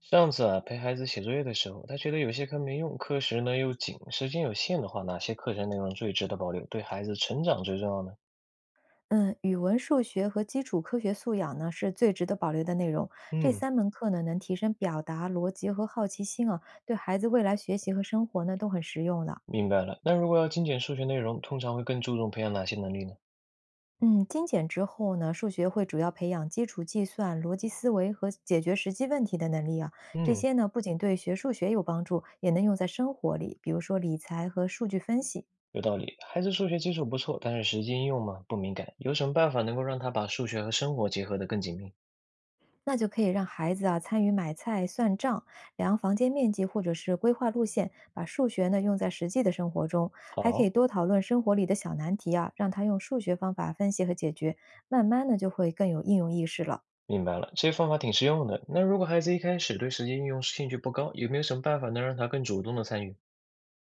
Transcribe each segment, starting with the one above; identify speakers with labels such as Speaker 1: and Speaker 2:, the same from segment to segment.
Speaker 1: 上次啊，陪孩子写作业的时候，他觉得有些课没用，课时呢又紧，时间有限的话，哪些课程内容最值得保留，对孩子成长最重要呢？
Speaker 2: 嗯，语文、数学和基础科学素养呢，是最值得保留的内容。这
Speaker 1: 嗯，
Speaker 2: 三门课呢，能提升表达、逻辑和好奇心啊，对孩子未来学习和生活呢，都很实用的。
Speaker 1: 明白了。那如果要精简数学内容，通常会更注重培养哪些能力呢？
Speaker 2: 嗯，精简之后呢，数学会主要培养基础计算、逻辑思维和解决实际问题的能力啊。这
Speaker 1: 嗯，
Speaker 2: 些呢，不仅对学数学有帮助，也能用在生活里，比如说理财和数据分析。
Speaker 1: 有道理。孩子数学基础不错，但是实际应用嘛，不敏感。有什么办法能够让他把数学和生活结合得更紧密？
Speaker 2: 那就可以让孩子啊参与买菜、算账、量房间面积，或者是规划路线，把数学呢用在实际的生活中，还可以
Speaker 1: 好，
Speaker 2: 多讨论生活里的小难题啊，让他用数学方法分析和解决，慢慢呢就会更有应用意识了。
Speaker 1: 明白了，这些方法挺实用的。那如果孩子一开始对实际应用兴趣不高，有没有什么办法能让他更主动的参与？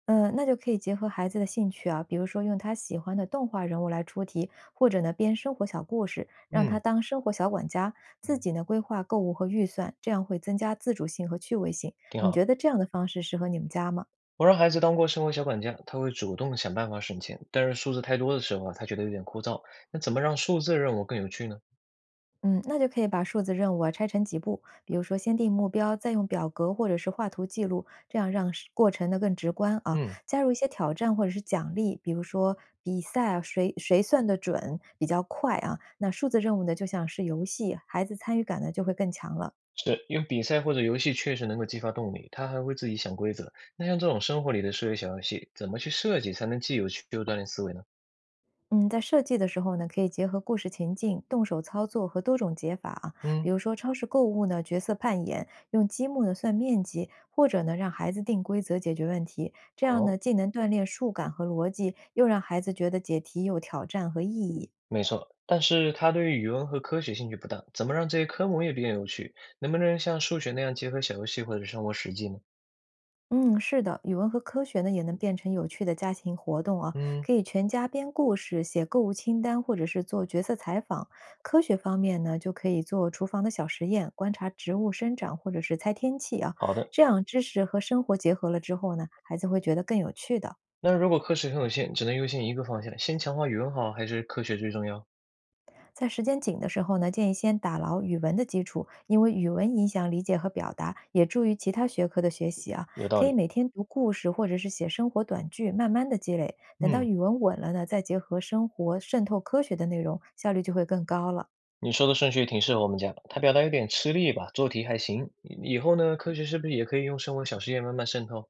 Speaker 2: 那就可以结合孩子的兴趣啊，比如说用他喜欢的动画人物来出题，或者呢编生活小故事，让他
Speaker 1: 嗯，
Speaker 2: 当生活小管家，自己呢规划购物和预算，这样会增加自主性和趣味性。
Speaker 1: 挺
Speaker 2: 你
Speaker 1: 好。
Speaker 2: 觉得这样的方式适合你们家吗？
Speaker 1: 我让孩子当过生活小管家，他会主动想办法省钱，但是数字太多的时候啊，他觉得有点枯燥。那怎么让数字任务更有趣呢？
Speaker 2: 嗯，那就可以把数字任务啊拆成几步，比如说先定目标，再用表格或者是画图记录，这样让是过程呢更直观啊。
Speaker 1: 嗯，
Speaker 2: 加入一些挑战或者是奖励，比如说比赛啊，谁谁算得准比较快啊。那数字任务呢，就像是游戏，孩子参与感呢就会更强了。
Speaker 1: 是，因为比赛或者游戏确实能够激发动力，他还会自己想规则。那像这种生活里的数学小游戏，怎么去设计才能既有趣又锻炼思维呢？
Speaker 2: 嗯，在设计的时候呢，可以结合故事情境、动手操作和多种解法啊，比
Speaker 1: 嗯，
Speaker 2: 如说超市购物呢，角色扮演，用积木呢算面积，或者呢让孩子定规则解决问题，这样呢
Speaker 1: 好，
Speaker 2: 既能锻炼数感和逻辑，又让孩子觉得解题有挑战和意义。
Speaker 1: 没错，但是他对于语文和科学兴趣不大，怎么让这些科目也变有趣？能不能像数学那样结合小游戏或者生活实际呢？
Speaker 2: 嗯，是的，语文和科学呢也能变成有趣的家庭活动啊，
Speaker 1: 嗯，
Speaker 2: 可以全家编故事、写购物清单，或者是做角色采访。科学方面呢，就可以做厨房的小实验，观察植物生长，或者是猜天气啊。
Speaker 1: 好的，
Speaker 2: 这样知识和生活结合了之后呢，孩子会觉得更有趣的。
Speaker 1: 那如果课时很有限，只能优先一个方向，先强化语文好还是科学最重要？
Speaker 2: 在时间紧的时候呢，建议先打牢语文的基础，因为语文影响理解和表达，也助于其他学科的学习啊。
Speaker 1: 有道
Speaker 2: 可以
Speaker 1: 理。
Speaker 2: 每天读故事或者是写生活短句，慢慢的积累。等到
Speaker 1: 嗯，
Speaker 2: 语文稳了呢，再结合生活渗透科学的内容，效率就会更高了。
Speaker 1: 你说的顺序挺适合我们家的，他表达有点吃力吧，做题还行。以后呢，科学是不是也可以用生活小实验慢慢渗透？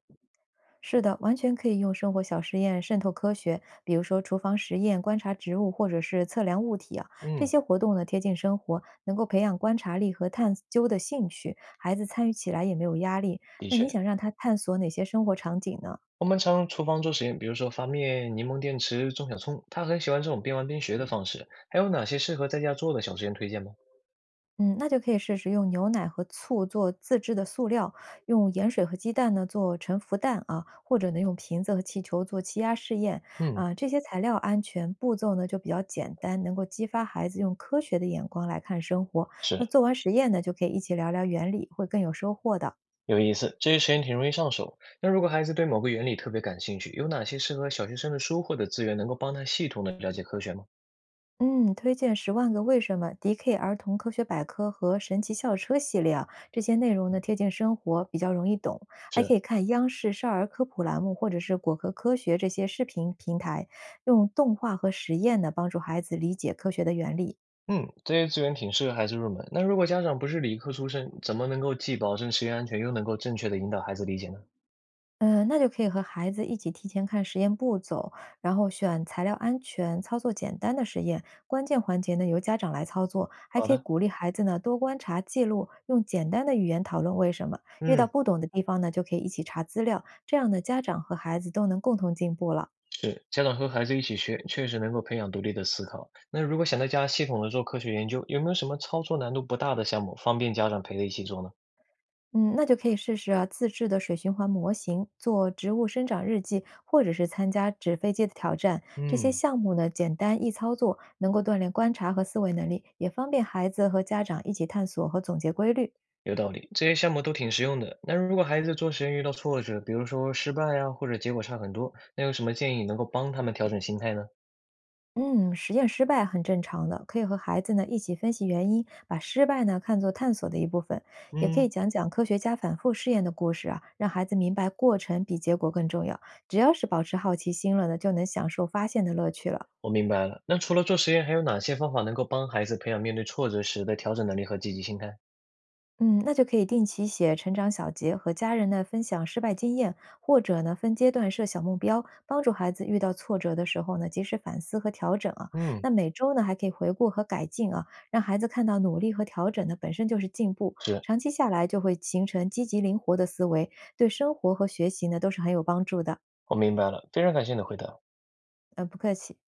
Speaker 2: 是的，完全可以用生活小实验渗透科学，比如说厨房实验、观察植物或者是测量物体啊，这
Speaker 1: 嗯，
Speaker 2: 些活动呢贴近生活，能够培养观察力和探究的兴趣，孩子参与起来也没有压力。
Speaker 1: 的
Speaker 2: 那你
Speaker 1: 确，
Speaker 2: 想让他探索哪些生活场景呢？
Speaker 1: 我们常厨房做实验，比如说发面、柠檬电池、种小葱。他很喜欢这种边玩边学的方式。还有哪些适合在家做的小实验推荐吗？
Speaker 2: 嗯，那就可以试试用牛奶和醋做自制的塑料，用盐水和鸡蛋呢做沉浮蛋啊，或者呢用瓶子和气球做气压试验
Speaker 1: 嗯，
Speaker 2: 啊，这些材料安全，步骤呢就比较简单，能够激发孩子用科学的眼光来看生活。
Speaker 1: 是，
Speaker 2: 那做完实验呢，就可以一起聊聊原理，会更有收获的。
Speaker 1: 有意思，这些实验挺容易上手。那如果孩子对某个原理特别感兴趣，有哪些适合小学生的书或者资源能够帮他系统的了解科学吗？
Speaker 2: 嗯，推荐《十万个为什么》DK 儿童科学百科和《神奇校车》系列啊，这些内容呢贴近生活，比较容易懂。还可
Speaker 1: 是，
Speaker 2: 以看央视少儿科普栏目或者是果壳科学这些视频平台，用动画和实验呢帮助孩子理解科学的原理。
Speaker 1: 嗯，这些资源挺适合孩子入门。那如果家长不是理科出身，怎么能够既保证实验安全，又能够正确的引导孩子理解呢？
Speaker 2: 嗯，那就可以和孩子一起提前看实验步骤，然后选材料安全、操作简单的实验，关键环节呢由家长来操作，还
Speaker 1: 好
Speaker 2: 可以
Speaker 1: 的，
Speaker 2: 鼓励孩子呢多观察、记录，用简单的语言讨论为什么，遇到
Speaker 1: 嗯，
Speaker 2: 不懂的地方呢就可以一起查资料，这样呢家长和孩子都能共同进步了。
Speaker 1: 是，家长和孩子一起学，确实能够培养独立的思考。那如果想在家系统的做科学研究，有没有什么操作难度不大的项目，方便家长陪着一起做呢？
Speaker 2: 嗯，那就可以试试啊，自制的水循环模型，做植物生长日记，或者是参加纸飞机的挑战。这些
Speaker 1: 嗯。
Speaker 2: 项目呢，简单易操作，能够锻炼观察和思维能力，也方便孩子和家长一起探索和总结规律。
Speaker 1: 有道理，这些项目都挺实用的。那如果孩子做实验遇到挫折，比如说失败啊，或者结果差很多，那有什么建议能够帮他们调整心态呢？
Speaker 2: 嗯，实验失败很正常的，可以和孩子呢一起分析原因，把失败呢看作探索的一部分，也可以
Speaker 1: 嗯，
Speaker 2: 讲讲科学家反复试验的故事啊，让孩子明白过程比结果更重要。只要是保持好奇心了呢，就能享受发现的乐趣了。
Speaker 1: 我明白了。那除了做实验，还有哪些方法能够帮孩子培养面对挫折时的调整能力和积极心态？
Speaker 2: 嗯，那就可以定期写成长小结，和家人呢分享失败经验，或者呢分阶段设小目标，帮助孩子遇到挫折的时候呢及时反思和调整啊。
Speaker 1: 嗯，
Speaker 2: 那每周呢还可以回顾和改进啊，让孩子看到努力和调整呢本身就是进步，
Speaker 1: 是，
Speaker 2: 长期下来就会形成积极灵活的思维，对生活和学习呢都是很有帮助的。
Speaker 1: 我明白了，非常感谢你的回答。
Speaker 2: 不客气。